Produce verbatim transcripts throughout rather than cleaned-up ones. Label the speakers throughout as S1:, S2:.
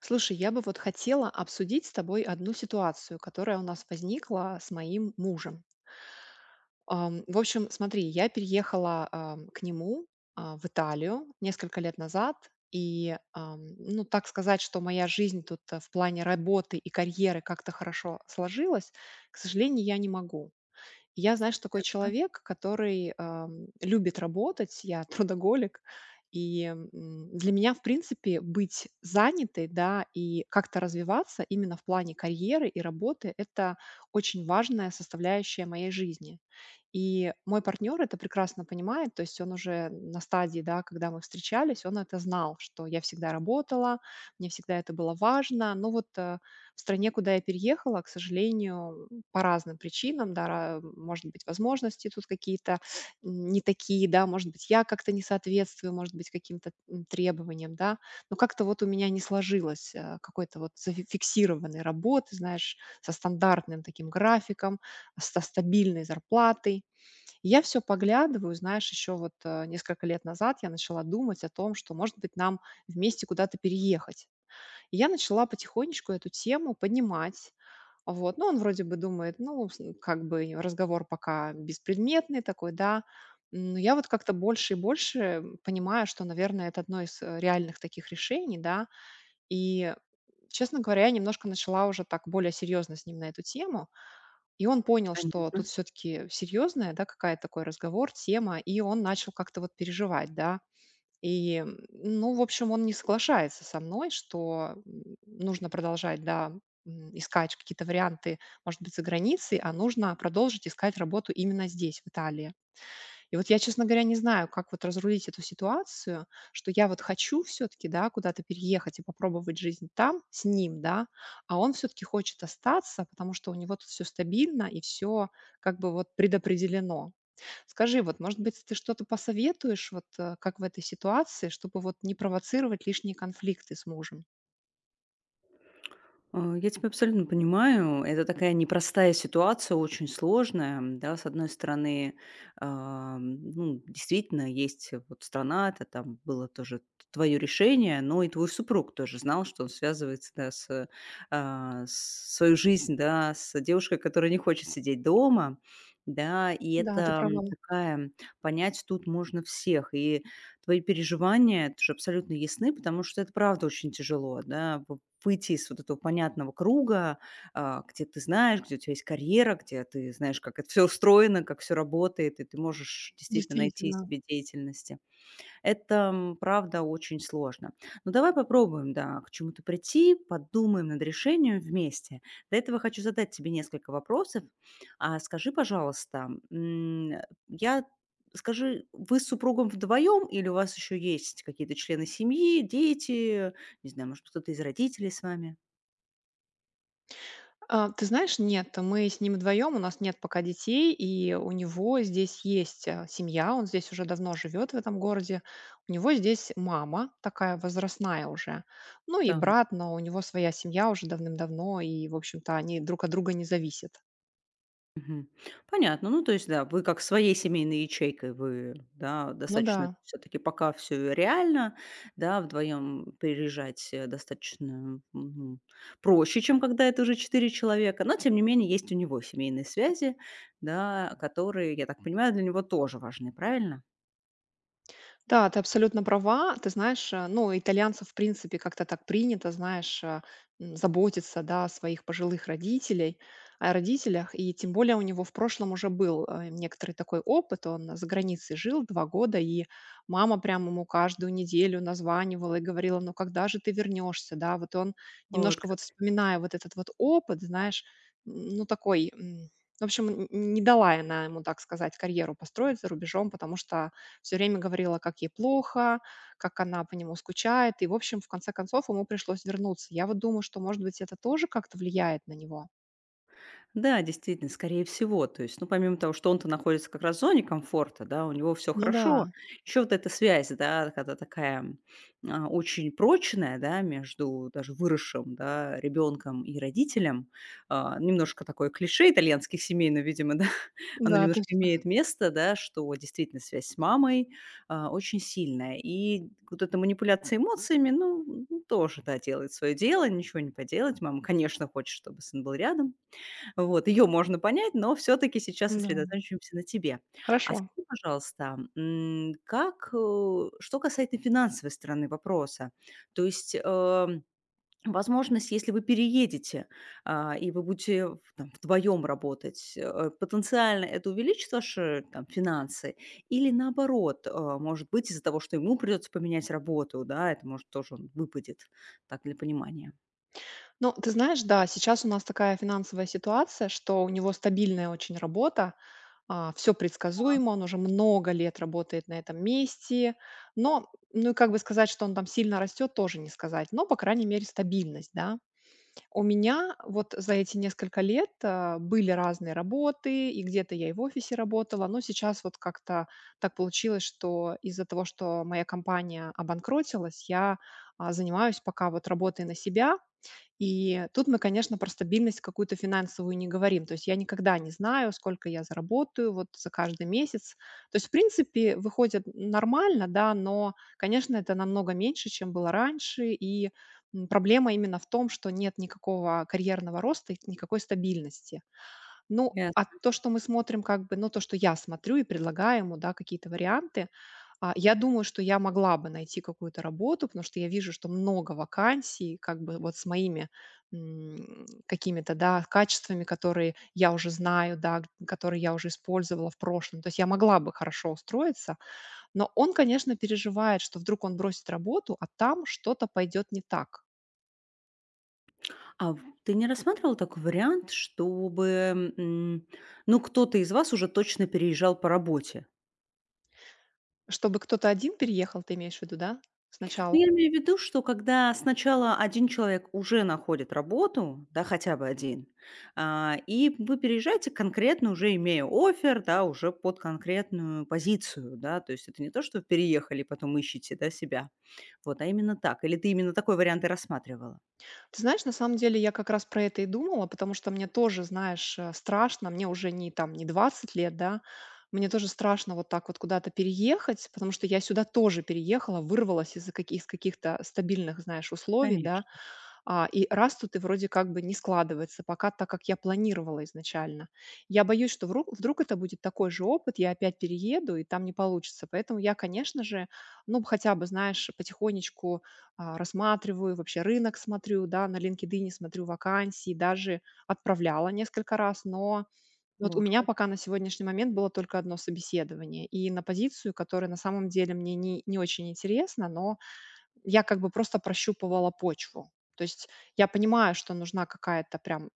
S1: Слушай, я бы вот хотела обсудить с тобой одну ситуацию, которая у нас возникла с моим мужем. Ам, В общем, смотри, я переехала ам, к нему а, в Италию несколько лет назад, и, ам, ну, так сказать, что моя жизнь тут а, в плане работы и карьеры как-то хорошо сложилась, к сожалению, я не могу. Я, знаешь, такой
S2: Ясно,
S1: человек, который, ам, любит работать, я трудоголик, и, м, для меня, в принципе, быть занятой, да, и как-то развиваться именно в плане карьеры и работы- это очень важная составляющая моей жизни. И мой партнер это прекрасно понимает, то есть он уже на стадии, да, когда мы встречались, он это знал, что я всегда работала, мне всегда это было важно. Но вот, э, в стране, куда я переехала, к сожалению, по разным причинам, да, ра- может быть, возможности тут какие-то м, не такие, да, может быть, я как-то не соответствую, может быть, каким-то м, требованиям, да, но как-то вот у меня не сложилось э, какой-то вот зафиксированной работы, знаешь, со стандартным таким графиком, со стабильной зарплатой. И я все поглядываю, знаешь, еще вот э, несколько лет назад я начала думать о том, что, может быть, нам вместе куда-то переехать. И я начала потихонечку эту тему поднимать. Вот. Ну, он вроде бы думает, ну, с- как бы разговор пока беспредметный такой, да. Но я вот как-то больше и больше понимаю, что, наверное, это одно из э, реальных таких решений, да. И, честно говоря, я немножко начала уже так более серьезно с ним на эту тему. И он понял, что тут
S2: понятно.
S1: все-таки серьезная, да, какая-то такой разговор, тема, и он начал как-то вот переживать, да и, ну, в общем, он не соглашается со мной, что, м, нужно продолжать, да, м, искать какие-то варианты, может быть, за границей, а нужно продолжить искать работу именно здесь, в Италии. И вот я, честно говоря, не знаю, как вот разрулить эту ситуацию, что я вот хочу все таки да, куда-то переехать и попробовать жизнь там с ним, да, а он все таки хочет остаться, потому что у него тут все стабильно и все как бы вот предопределено. Скажи, вот, может быть, ты что-то посоветуешь, вот, э, как в этой ситуации, чтобы вот не провоцировать лишние конфликты с мужем?
S2: А, я тебя абсолютно понимаю. Это такая непростая ситуация, очень сложная, м, да. С одной стороны, ам, ну, действительно, есть э, вот страна, это там было тоже твое решение, но и твой супруг тоже знал, что он связывается, да, с, э, а, с свою жизнь, да, с девушкой, которая не хочет сидеть дома, да. И
S1: Да, ты
S2: это, м,
S1: права,
S2: такая понять тут можно всех. И твои переживания тоже абсолютно ясны, потому что это правда очень тяжело, да, в- выйти из вот этого понятного круга, а, где ты знаешь, где у тебя есть карьера, где ты знаешь, как это все устроено, как все работает, и ты можешь действительно найти
S1: действительно.
S2: себе деятельности. Это, м, правда, очень сложно. Но давай попробуем, да, к чему-то прийти, подумаем над решением вместе. До этого хочу задать тебе несколько вопросов. А скажи, пожалуйста, м, я скажи, вы с супругом вдвоем или у вас еще есть какие-то члены семьи, дети, не знаю, может, кто-то из родителей с вами?
S1: А, ты знаешь, нет, мы с ним вдвоем, у нас нет пока детей, и у него здесь есть э, семья, он здесь уже давно живет в этом городе, у него здесь мама, такая возрастная уже, ну и брат, но у него своя семья уже давным-давно, и, в общем-то, они друг от друга не зависят.
S2: Мгм. Понятно. Ну, то есть, да, вы как своей семейной ячейкой, вы, да,
S1: Ну
S2: достаточно
S1: да.
S2: все-таки пока все реально, да, вдвоем переезжать э, достаточно м, проще, чем когда это уже четыре человека. Но, тем не менее, есть у него семейные связи, да, которые, я так понимаю, для него тоже важны, правильно?
S1: Да, ты абсолютно права. Ты знаешь, э, ну, итальянцев, в принципе, как-то так принято, знаешь, э, м, заботиться, да, о своих пожилых родителей, о родителях. И тем более у него в прошлом уже был э, некоторый такой опыт. Он э, за границей жил два года, и мама прямо ему каждую неделю названивала и говорила, ну, когда же ты вернешься, да. Вот он,
S2: Вот.
S1: немножко вот вспоминая вот этот вот опыт, знаешь, м, ну, такой... м, В общем, н- не дала она ему, так сказать, карьеру построить за рубежом, потому что все время говорила, как ей плохо, как она по нему скучает. И, в общем, в конце концов, ему пришлось вернуться. Я вот думаю, что, может быть, это тоже как-то влияет на него.
S2: Да, действительно, скорее всего. То есть, ну, помимо того, что он-то находится как раз в зоне комфорта, да, у него все
S1: Ну
S2: хорошо,
S1: да,
S2: еще вот эта связь, да, когда такая, м, а, очень прочная, да, между даже выросшим, да, ребенком и родителем. А, немножко такое клише итальянских семей, но, видимо, да, оно
S1: да,
S2: немножко
S1: точно.
S2: имеет место, да, что действительно связь с мамой, а, очень сильная. И вот эта манипуляция эмоциями, ну, м, тоже, да, делает свое дело, ничего не поделать. Мама, конечно, хочет, чтобы сын был рядом. Вот, ее можно понять, но все-таки сейчас
S1: Да,
S2: сосредоточимся на тебе. А
S1: хорошо.
S2: скажи, пожалуйста, м, как, э, что касается финансовой стороны вопроса, то есть эм, возможность, если вы переедете а, и вы будете в- там, вдвоем работать, э, потенциально это увеличит ваши там, финансы или наоборот, э, может быть, из-за того, что ему придется поменять работу, да, это может тоже он выпадет, так для понимания.
S1: Ну, ты знаешь, да, сейчас у нас такая финансовая ситуация, что у него стабильная очень работа, все предсказуемо, он уже много лет работает на этом месте, но, ну и как бы сказать, что он там сильно растет, тоже не сказать, но, по крайней мере, стабильность, да. У меня вот за эти несколько лет, а, были разные работы, и где-то я и в офисе работала, но сейчас вот как-то так получилось, что из-за того, что моя компания обанкротилась, я, а, занимаюсь пока вот работой на себя. И тут мы, конечно, про стабильность какую-то финансовую не говорим. То есть я никогда не знаю, сколько я заработаю вот за каждый месяц. То есть, в принципе, выходит нормально, да, но, конечно, это намного меньше, чем было раньше. И м, проблема именно в том, что нет никакого карьерного роста и никакой стабильности. Ну, а то, что мы смотрим, как бы, ну, то, что я смотрю и предлагаю ему, да, какие-то варианты, а, я думаю, что я могла бы найти какую-то работу, потому что я вижу, что много вакансий, как бы вот с моими м, какими-то, да, качествами, которые я уже знаю, да, г- которые я уже использовала в прошлом. То есть я могла бы хорошо устроиться, но он, конечно, переживает, что вдруг он бросит работу, а там что-то пойдет не так.
S2: А в ты не рассматривала такой вариант, чтобы, м, ну, кто-то из вас уже точно переезжал по работе?
S1: Чтобы кто-то один переехал, ты имеешь в виду, да, сначала?
S2: Ну, я имею в виду, что когда сначала один человек уже находит работу, да, хотя бы один, а, и вы переезжаете конкретно уже имея офер, да, уже под конкретную позицию, да. То есть это не то, что вы переехали потом ищете, да, себя. Вот, а именно так. Или ты именно такой вариант и рассматривала?
S1: Ты знаешь, на самом деле я как раз про это и думала, потому что мне тоже, знаешь, э, страшно, мне уже не там не двадцать лет, да, мне тоже страшно вот так вот куда-то переехать, потому что я сюда тоже переехала, вырвалась из-за каки- из каких-то стабильных, знаешь, условий, да,
S2: Конечно.
S1: а, и раз-тут и вроде как бы не складывается, пока так, как я планировала изначально. Я боюсь, что вру- вдруг это будет такой же опыт, я опять перееду, и там не получится. Поэтому я, конечно же, ну, хотя бы, знаешь, потихонечку а, рассматриваю, вообще рынок смотрю, да, на LinkedIn смотрю вакансии, даже отправляла несколько раз, но вот у
S2: Вот
S1: меня
S2: как.
S1: пока на сегодняшний момент было только одно собеседование, и на позицию, которая на самом деле мне не, не очень интересна, но я как бы просто прощупывала почву. То есть я понимаю, что нужна какая-то прям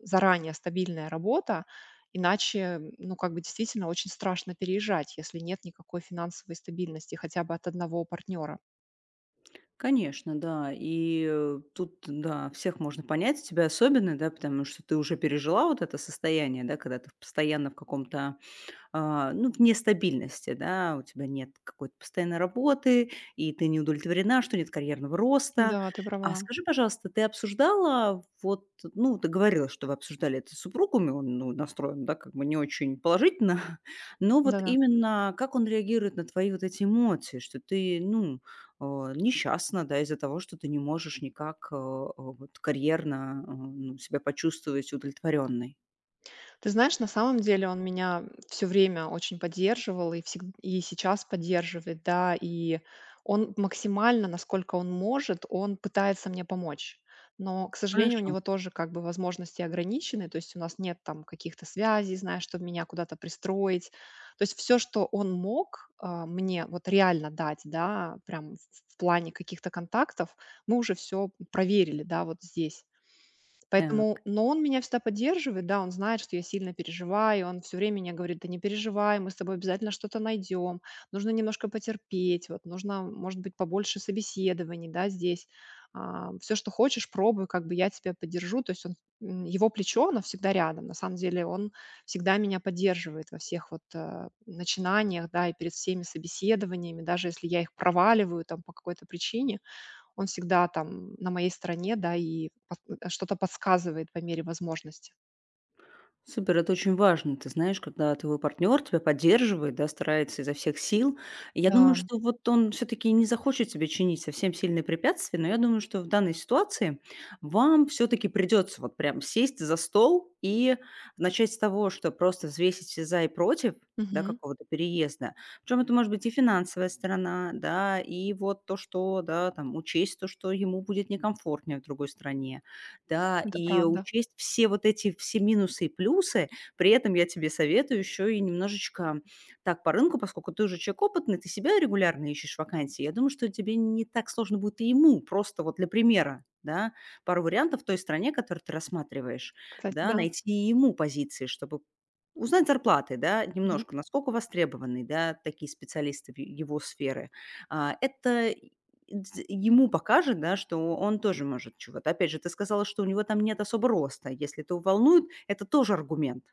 S1: заранее стабильная работа, иначе, ну, как бы действительно очень страшно переезжать, если нет никакой финансовой стабильности хотя бы от одного партнера.
S2: Конечно, да. И, э, тут, да, всех можно понять, тебя особенно, да, потому что ты уже пережила вот это состояние, да, когда ты постоянно в каком-то а, ну, в нестабильности, да, у тебя нет какой-то постоянной работы, и ты не удовлетворена, что нет карьерного роста.
S1: Да, ты
S2: А
S1: права.
S2: скажи, пожалуйста, ты обсуждала вот, ну, ты говорила, что вы обсуждали это с супругом, и он, ну, настроен, да, как бы не очень положительно, но вот
S1: Да-да.
S2: именно как он реагирует на твои вот эти эмоции, что ты, ну, а, несчастна, да, из-за того, что ты не можешь никак а, а, вот карьерно а, ну, себя почувствовать удовлетворенной.
S1: Ты знаешь, на самом деле он меня все время очень поддерживал и всег и сейчас поддерживает, да. И он максимально, насколько он может, он пытается мне помочь. Но, к сожалению, у
S2: Хорошо.
S1: него тоже как бы возможности ограничены, то есть у нас нет там каких-то связей, знаешь, чтобы меня куда-то пристроить. То есть все, что он мог, а, мне вот реально дать, да, прям в в плане каких-то контактов, мы уже все проверили, да, вот здесь. Поэтому,
S2: Так.
S1: но он меня всегда поддерживает, да, он знает, что я сильно переживаю, он все время мне говорит: "Да не переживай, мы с тобой обязательно что-то найдем, нужно немножко потерпеть, вот нужно, может быть, побольше собеседований, да, здесь. Все, что хочешь, пробуй, как бы я тебя поддержу". То есть он, м, его плечо, оно всегда рядом. На самом деле он всегда меня поддерживает во всех вот, э, начинаниях, да, и перед всеми собеседованиями, даже если я их проваливаю там по какой-то причине, он всегда там на моей стороне, да, и пос э, что-то подсказывает по мере возможности.
S2: Супер, это очень важно. Ты знаешь, когда твой партнер тебя поддерживает, да, старается изо всех сил. И я думаю,
S1: Да,
S2: что вот он все-таки не захочет тебе чинить совсем сильные препятствия, но я думаю, что в данной ситуации вам все-таки придется вот прям сесть за стол и начать с того, что просто взвесить все за и против, да,
S1: мгм.
S2: какого-то переезда. Причем это может быть и финансовая сторона, да, и вот то, что, да, там, учесть то, что ему будет некомфортнее в другой стране, да,
S1: Это
S2: и
S1: правда.
S2: учесть все вот эти все минусы и плюсы. При этом я тебе советую еще и немножечко так по рынку, поскольку ты уже человек опытный, ты себя регулярно ищешь вакансии. Я думаю, что тебе не так сложно будет и ему, просто вот для примера, да, пару вариантов в той стране, которую ты рассматриваешь,
S1: Кстати,
S2: да,
S1: да.
S2: найти и ему позиции, чтобы узнать зарплаты, да,
S1: Мгм.
S2: немножко, насколько востребованы, да, такие специалисты в его сферы. А, Это дз ему покажет, да, что он тоже может чего-то. Опять же, ты сказала, что у него там нет особо роста. Если это его волнует, это тоже аргумент,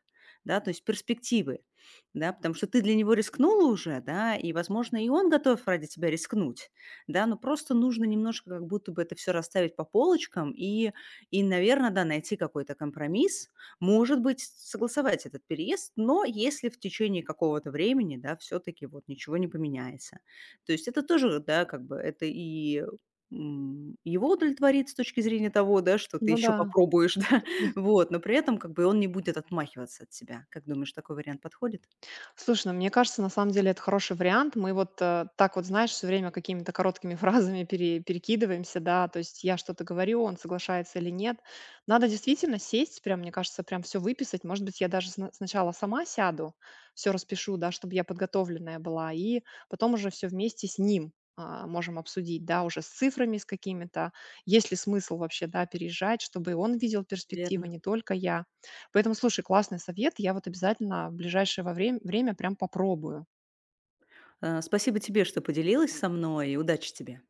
S2: да, то есть перспективы, да, потому что ты для него рискнула уже, да, и, возможно, и он готов ради тебя рискнуть, да, но просто нужно немножко как будто бы это все расставить по полочкам и и, наверное, да, найти какой-то компромисс. Может быть, согласовать этот переезд, но если в течение какого-то времени, да, все таки вот ничего не поменяется. То есть это тоже, да, как бы это и, м, его удовлетворит с точки зрения того, да, что ты
S1: Ну да.
S2: еще попробуешь, да, вот, но при этом как бы он не будет отмахиваться от тебя. Как думаешь, такой вариант подходит?
S1: Слушай, ну, мне кажется, на самом деле это хороший вариант. Мы вот э, так вот, знаешь, все время какими-то короткими фразами пере- перекидываемся, да, то есть я что-то говорю, он соглашается или нет. Надо действительно сесть, прям, мне кажется, прям все выписать. Может быть, я даже сна- сначала сама сяду, все распишу, да, чтобы я подготовленная была, и потом уже все вместе с ним а, можем обсудить, да, уже с цифрами, с какими-то, есть ли смысл вообще, да, переезжать, чтобы и он видел перспективы,
S2: Верно.
S1: не только я. Поэтому, слушай, классный совет. Я вот обязательно в ближайшее во время время прям попробую.
S2: А, спасибо тебе, что поделилась со мной, и удачи тебе.